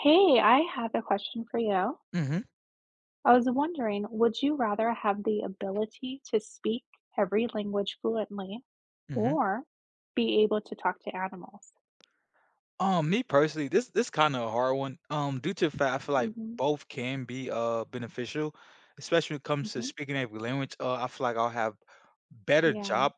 Hey, I have a question for you. Mhm, I was wondering, would you rather have the ability to speak every language fluently mhm. or be able to talk to animals? Me personally, this kind of a hard one. Due to the fact I feel like hmm both can be beneficial, especially when it comes to hmm speaking every language. I feel like I'll have better Yeah, job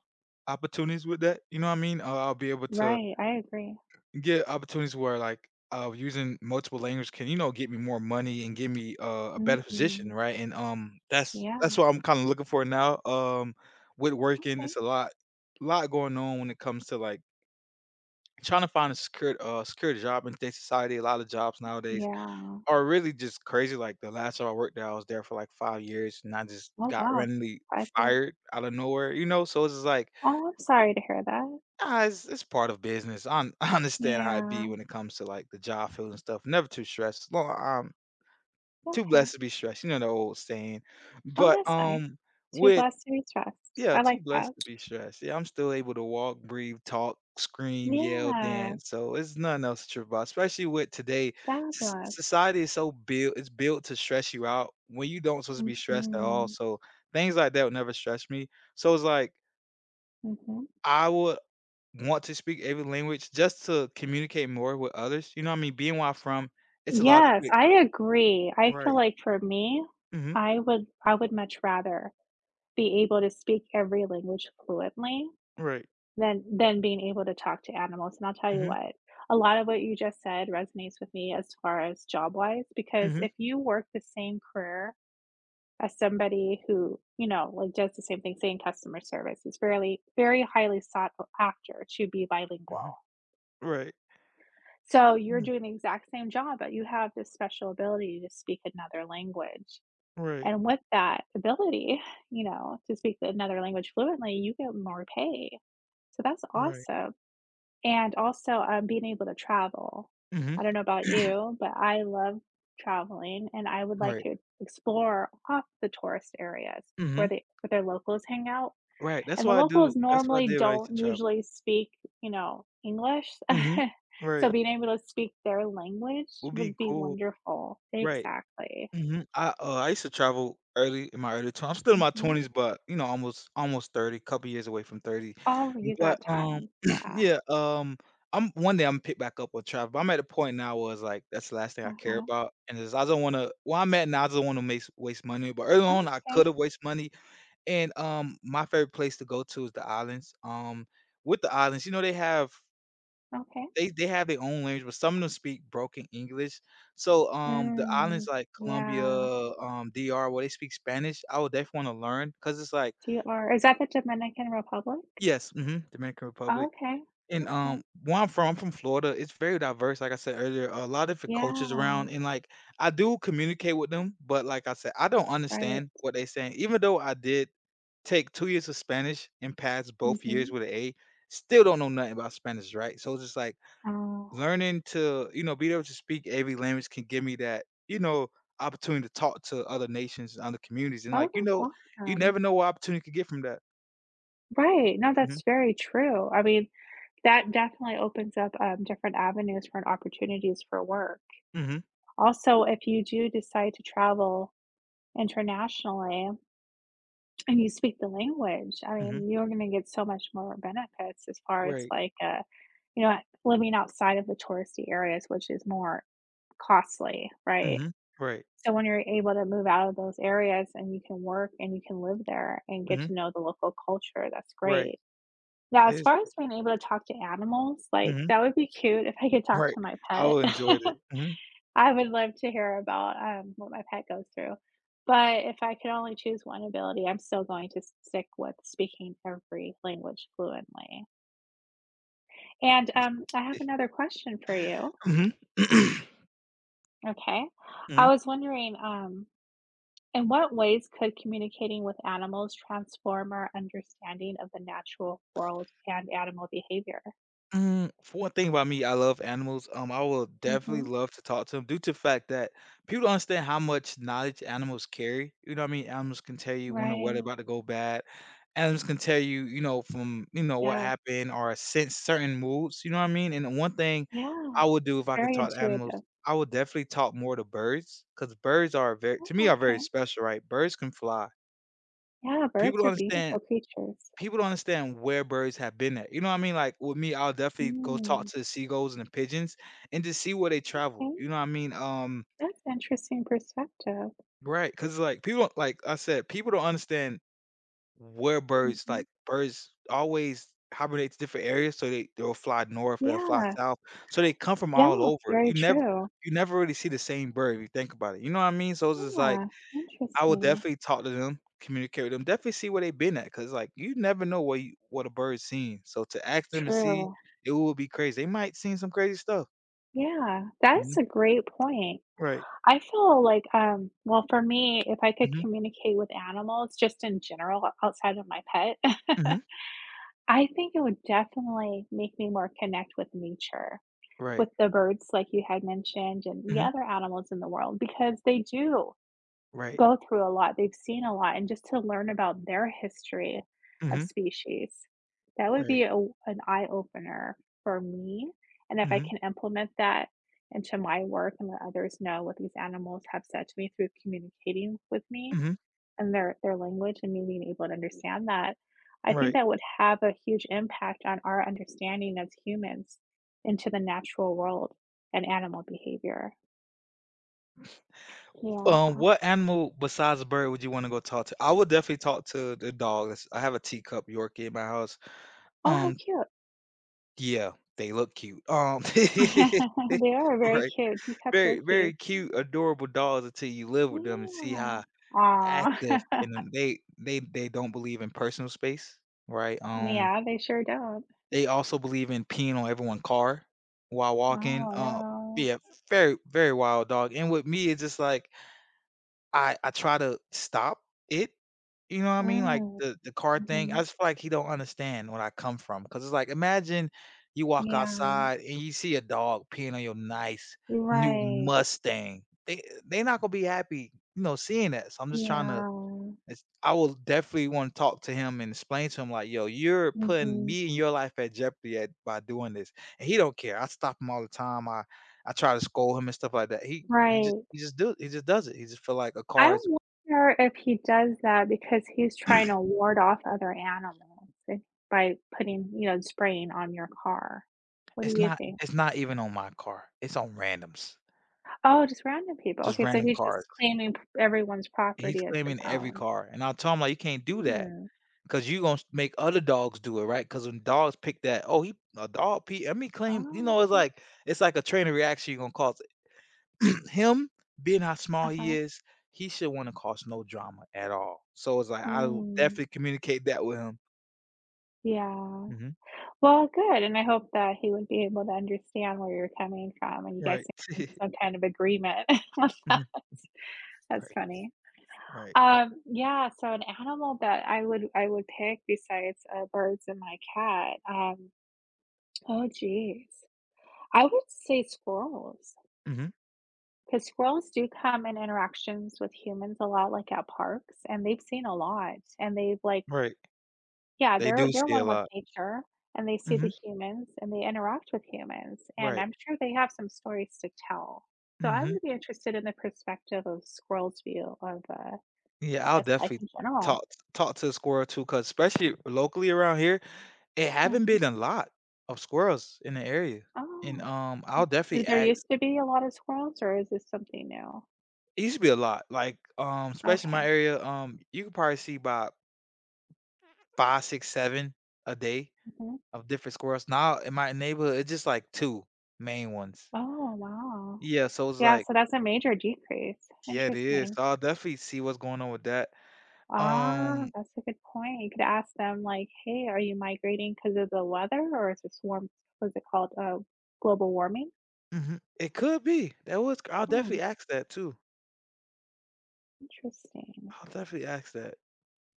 opportunities with that. You know what I mean? I'll be able to right. I agree. get opportunities where like using multiple languages can, you know, get me more money and give me a better hmm position, right? And that's Yeah. what I'm kind of looking for now. With working, Okay. it's a lot going on when it comes to like trying to find a secure secure job in today's society. A lot of jobs nowadays Yeah. are really just crazy. Like the last job I worked at, I was there for like 5 years, and I just Oh, got wow. randomly 5 years. fired out of nowhere. You know, so it's just like Oh, I'm sorry to hear that. ah, it's part of business. I understand how it Yeah. be when it comes to like the job field and stuff. Never too stressed. Long, too Okay. blessed to be stressed. You know the old saying, Oh, but that's nice. Too With blessed to be stressed. yeah, I too like that. blessed to be stressed. Yeah, I'm still able to walk, breathe, talk, scream, yell, Yeah. dance. So it's nothing else to trip about, especially with today. Fabulous. Society is so built, it's built to stress you out when you don't supposed to be stressed at all. hmm So things like that would never stress me. So it's like hmm I would want to speak every language just to communicate more with others. You know what I mean? Being where I'm from, it's a lot of Yes, it. I agree. I feel Right. like for me, Hmm. I would much rather be able to speak every language fluently Right. than being able to talk to animals, and I'll tell you Hmm. what, a lot of what you just said resonates with me as far as job-wise, because Hmm. if you work the same career as somebody who, you know, like, does the same thing, say, in customer service, it's fairly very highly sought after to be Hmm. bilingual. Right. So, you're Mhm. doing the exact same job, but you have this special ability to speak another language. Right. And with that ability, you know, to speak another language fluently, you get more pay. So that's Right. awesome. And also, being able to travel. Hmm. I don't know about you, but I love traveling and I would like Right. to explore off the tourist areas where Hmm. their locals hang out. Right, that's And the why I do locals that's what I normally did when I used to don't travel. usually speak, you know, English. Mhm. So Right, being able to speak their language would be would be cool. wonderful. Right. Exactly. Mhm. I used to travel early in my early twen I'm still in my Mhm. 20s, but, you know, almost 30, couple years away from 30. Oh, you But, got time. Yeah. yeah, I'm one day I'm pick back up with travel, but I'm at a point now where it's like, that's the last thing I care Uh-huh. about, and is I don't wanna where I'm at now, I don't wanna waste money, but early on, I Okay, could've waste money, and, my favorite place to go to is the islands. With the islands, you know, they have okay. they have their own language, but some of them speak broken English. So, the islands Mm, like Colombia, yeah. DR, where they speak Spanish, I would definitely wanna learn because it's like DR, is that the Dominican Republic? yes, mhm, Dominican Republic. Okay, And, okay. Where I'm from Florida, it's very diverse, like I said earlier, a lot of different cultures Yeah, around, and, like, I do communicate with them, but like I said, I don't right. understand what they saying, even though I did take 2 years of Spanish and pass both years Mhm. with an A, still don't know nothing about Spanish, right? So it's just like Oh. learning to, you know, be able to speak every language can give me that, you know, opportunity to talk to other nations and other communities. And Oh, like, you that's know, you awesome. never know what opportunity you could get from that. Right, no, Mhm. that's very true. I mean, that definitely opens up, different avenues for and opportunities for work. Mhm. Also, if you do decide to travel internationally and you speak the language. I Mhm. mean, you're gonna get so much more benefits as far as, Right. like, you know, living outside of the touristy areas, which is more costly, right? Mhm. Right. So when you're able to move out of those areas and you can work and you can live there and get Mhm. to know the local culture, that's Right. great. Now It as is far as being able to talk to animals, like, mhm. that would be cute if I could talk Right. to my I pet. will enjoy it. Mhm. I would love to hear about, what my pet goes through, but if I could only choose one ability, I'm still going to stick with speaking every language fluently, and, I have another question for you. Mhm. Okay. I was wondering, in what ways could communicating with animals transform our understanding of the natural world and animal behavior? Mm, for one thing about me, I love animals. I will definitely Mhm. love to talk to them due to the fact that people don't understand how much knowledge animals carry. You know what I mean? Animals can tell you when the weather Right. about to go bad. Animals can tell you, you know, from you know what Yeah. happened or sense certain moods. You know what I mean? And one thing Yeah. I would do if I can Very talk to intuitive. animals, I would definitely talk more to birds because birds are very, Oh, to me, are okay. very special, right? Birds can fly. Yeah, People birds don't are understand beautiful creatures. People don't understand where birds have been at. You know what I mean? Like with me, I'll definitely go talk Mm. to the seagulls and the pigeons and just see where they travel. Okay, You know what I mean? That's interesting perspective. Right? Because like people, don't, like I said, people don't understand where birds Mhm. like birds always hibernate to different areas. So they'll fly north, they'll fly Yeah. south. So they come from Yeah, all it's over. very true. You never really see the same bird if you think about it. You know what I mean? So it's just like Yeah, I would interesting. definitely talk to them, communicate with them, definitely see where they've been at, because like, you never know what you what a bird's seen, so to ask them and see, True. it will be crazy. They might seen some crazy stuff. Yeah, that's Mhm, a great point. right. I feel like, well, for me, if I could Mhm, communicate with animals just in general outside of my pet, mhm, I think it would definitely make me more connect with nature, right. with the birds, like you had mentioned, and the Mhm, other animals in the world, because they do. right. Go through a lot, they've seen a lot, and just to learn about their history of Mhm, species, that would be right. a w an eye opener for me, and if I Mhm, can implement that into my work and let others know what these animals have said to me through communicating with me mhm, and their language and me being able to understand that, I think right. that would have a huge impact on our understanding as humans into the natural world and animal behavior. Yeah. What animal besides a bird would you wanna go talk to? I would definitely talk to the dog, that's I have a teacup Yorkie in my house. Oh, how Um, cute. yeah, they look cute. They are very right. cute. You kept your Very, very keys. cute, adorable dolls until you live with them and see Yeah. how Aw. active and then they don't believe in personal space, right? Yeah, they sure don't. They also believe in peeing on everyone's car while walking. Oh, no. Yeah, very, very wild dog. And with me, it's just like I try to stop it, you know what I mean? Like, Mm, the car thing, I mhm. just feel like he don't understand where I come from. Cause it's like, imagine you walk Yeah. outside and you see a dog peeing on your nice new Right. Mustang. They're not gonna be happy, you know, seeing that, so I'm just trying to Yeah. it's I will definitely wanna talk to him and explain to him like, "Yo, you're putting Mhm. me and your life at jeopardy at by doing this." And he don't care. I stop him all the time. I try to scold him and stuff like that. Right. He just does it. He just feel like a I car is wonder if he does that because he's trying to ward off other animals if by putting, you know, spraying on your car. What do it's you think? Not even on my car. It's on randoms, Oh, just random people. just Okay, so random he's just cars. claiming p everyone's He's property as his claiming every own. car, and I tell him like, "You can't do that Hmm. because you gonna s make other dogs do it, right?" Because when dogs pick that, "Oh, he a dog pee" I mean, claim you Oh, know, okay. It's like a train of reaction you're gonna cause him being how small he Uh-huh. is, he should wanna cause no drama at all. So it's like I will Mm. definitely communicate that with him. Yeah. Mhm. Well, good, and I hope that he would be able to understand where you're coming from, and you guys Right. can come to some kind of agreement on that. Mhm. That's Right, funny. right, Yeah, so an animal that I would pick besides, birds and my cat, oh, geez. I would say squirrels, mhm, because squirrels do come in interactions with humans a lot, like, at parks, and they've seen a lot, and they've, like, right. yeah, They they're do see a one with lot. nature, and they see the Mhm. humans, and they interact with humans, and Right. I'm sure they have some stories to tell. So I Mhm. would be interested in the perspective of squirrels' view of, Yeah, I I'll guess, life definitely in general. talk talk to the squirrel too, because especially locally around here, it haven't Mhm. been a lot of squirrels in the area, and, Oh, I'll oh. Did definitely there ask used to be a lot of squirrels, or is this something new? it used to be a lot, like, especially in my Okay. area, you could probably see by five, 6, 7 a day Mhm. of different squirrels. Now in my neighborhood, it's just like 2 main ones. Oh, wow. Yeah, so it's Yeah, like so that's a major decrease. yeah, it is. Interesting. So I'll definitely see what's going on with that. Ah, Um, that's a good point. You could ask them like, "Hey, are you migrating because of the weather or is this warm what's it called, global warming?" mhm, it could be. That was I'll Hmm, definitely ask that too. interesting. I'll definitely ask that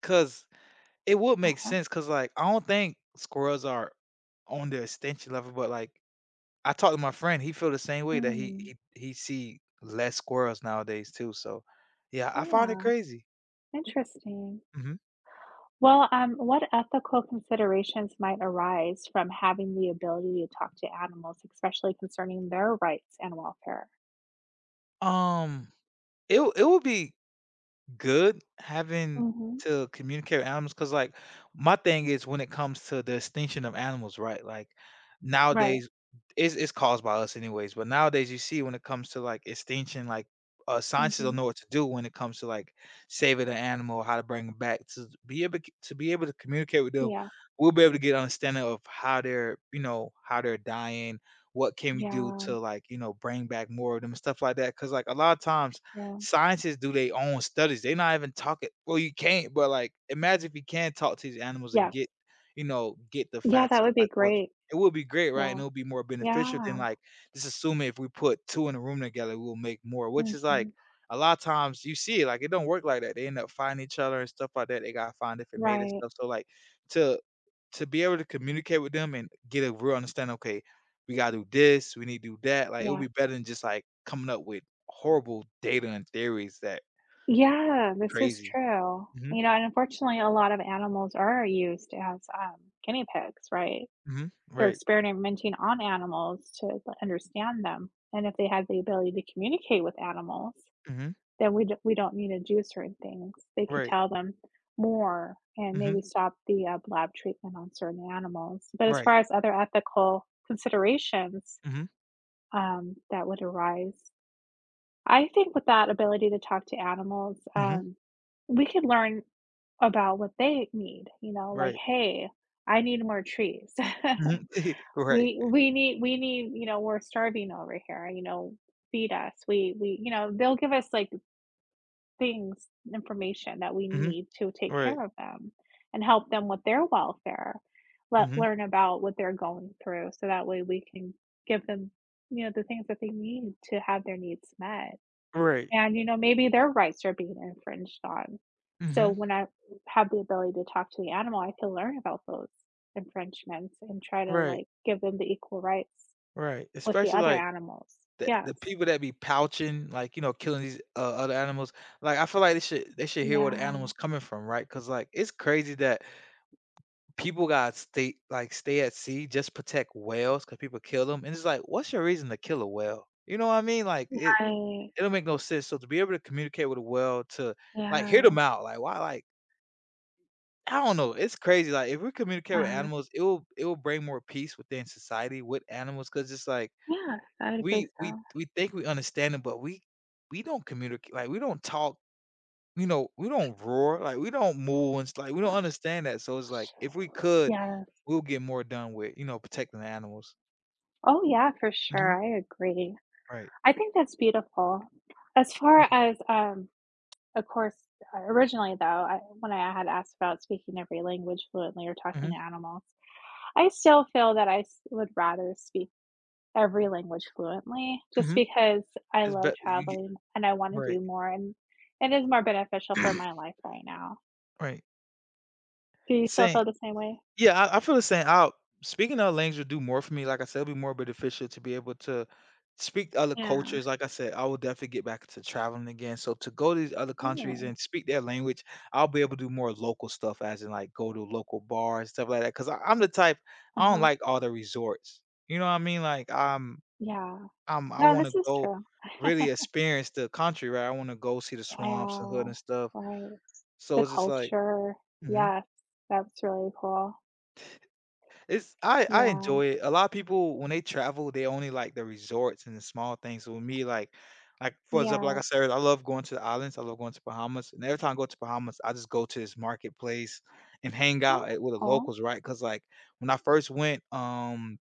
because it would make uh sense. Because like, I don't think squirrels are on their extinction level, but, like, I talked to my friend, he feel the same way that he Mm, he he see less squirrels nowadays too, so yeah, I find it yeah, crazy. interesting. Mhm. Well, what ethical considerations might arise from having the ability to talk to animals, especially concerning their rights and welfare? Um it would be good having Mhm. to communicate with animals because like, my thing is when it comes to the extinction of animals, right? Like, Right. nowadays it's caused by us anyways, but nowadays you see when it comes to, like, extinction, like, scientists don't Mhm. know what to do when it comes to, like, saving an animal, how to bring them back. To be able to be able to communicate with them, Yeah. we'll be able to get understanding of how they're you know, how they're dying, what can we do Yeah, to, like, you know, bring back more of them and stuff like that? Because like, a lot of times yeah. scientists do their own studies. They're not even talking. Well, you can't, but like, imagine if you can talk to these animals and Yes. get, you know, get the Yeah, facts that of would be like what great. it would be great, right? And Yeah. it would be more beneficial than Yeah. like just assuming if we put two in a room together, we'll make more. Which is like Mhm. a lot of times you see it, like it don't work like that. They end up fighting each other and stuff like that. They gotta find different mate and Right, stuff. So like to to be able to communicate with them and get a real understanding, okay, we gotta do this, we need to do that, like, it'll yeah. be better than just, like, coming up with horrible data and theories that Yeah, this is crazy. true. Mhm, You know, and unfortunately, a lot of animals are used as, guinea pigs, right? mhm, They're right, experimenting on animals to, like, understand them, and if they had the ability to communicate with animals, mhm, then we don't need to do certain things. They could right, tell them more and mhm, maybe stop the, lab treatment on certain animals. But as right, far as other ethical considerations, mhm, that would arise I think with that ability to talk to animals, mhm, we could learn about what they need, you know, like, right, "Hey, I need more trees. mhm, right, We need we need, you know, we're starving over here, you know, feed us." We you know, they'll give us, like, things, information that we mhm, need to take right, care of them and help them with their welfare. Let mhm, learn about what they're going through so that way we can give them, you know, the things that they need to have their needs met. right, And, you know, maybe their rights are being infringed on. So mhm, when I have the ability to talk to the animal, I can learn about those infringements and try to right, like give them the equal rights right, with the especially, other like, animals. the Yes. the people that be pouching, like, you know, killing these, other animals, like, I feel like they should hear where the Yeah. animal's coming from, right? Because like, it's crazy that people got stay like stay at sea just protect whales because people kill them, and it's like, what's your reason to kill a whale? You know what I mean? Like it, Right. it don't make no sense. So to be able to communicate with a whale, to like hear Yeah. them out, like why, like I don't know, it's crazy. Like if we communicate with uh animals, it will bring more peace within society with animals because it's like Yeah, I would agree so. we think we understand them, but we don't communicate. Like we don't talk you know, we don't roar, like, we don't move and s like, we don't understand that, so it's like, if we could, Yes. we'll get more done with, you know, protecting the animals. Oh yeah, for Mhm, sure. I agree. right. I think that's beautiful. As far Mhm, as, Of course, originally though, I when I had asked about speaking every language fluently or talking mhm, to animals, I still feel that I s would rather speak every language fluently just mhm. because I It's love better you get traveling and I wanna right, do more, and it is more beneficial for my life right now. right. Do you still Saying feel the same way? yeah, I feel the same. Out speaking other languages would do more for me. Like I said, it'll be more beneficial to be able to speak to other Yeah. cultures. Like I said, I will definitely get back to traveling again. So to go to these other countries Mm. and speak their language, I'll be able to do more local stuff, as in like go to local bars stuff like that. Because I'm the type I don't Uh-huh. like all the resorts. You know what I mean? Like Yeah. I No, want this to is go true. really experience the country, right? I want to go see the Yeah. swamps and hood and stuff. right. So The it's just like. culture. Mhm. Yes. That's really cool. It's I Yeah. enjoy it. A lot of people when they travel, they only like the resorts and the small things. So with me, like for example, like Yeah. I said, I love going to the islands. I love going to Bahamas, and every time I go to Bahamas, I just go to this marketplace and hang Oh, out at, that's with the cool. locals, right? Because like when I first went,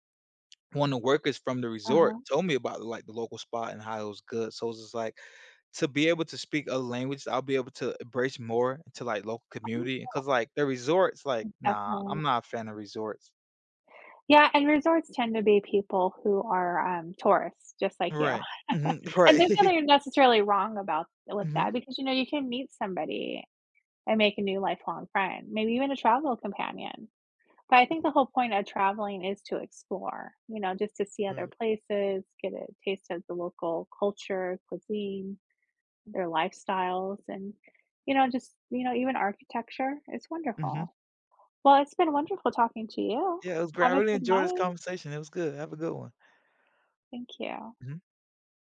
one of the workers from the resort Uh-huh. told me about like the local spot and how it was good. So it's just like to be able to speak other languages, I'll be able to embrace more into like local community. Because like the resorts, like Oh, nah, definitely. I'm not a fan of resorts Yeah, and resorts tend to be people who are, tourists just like you. right. Mhm. And Right. there's nothing necessarily wrong about with Mhm. that because, you know, you can meet somebody and make a new lifelong friend, maybe even a travel companion. But I think the whole point of traveling is to explore, you know, just to see other Right. places, get a taste of the local culture, cuisine, their lifestyles, and, you know, just, you know, even architecture. It's Mhm. wonderful. Well, it's been wonderful talking to you. Yeah, it was great. I Have a really good enjoyed this night. conversation. It was good. Have a good one. Thank you.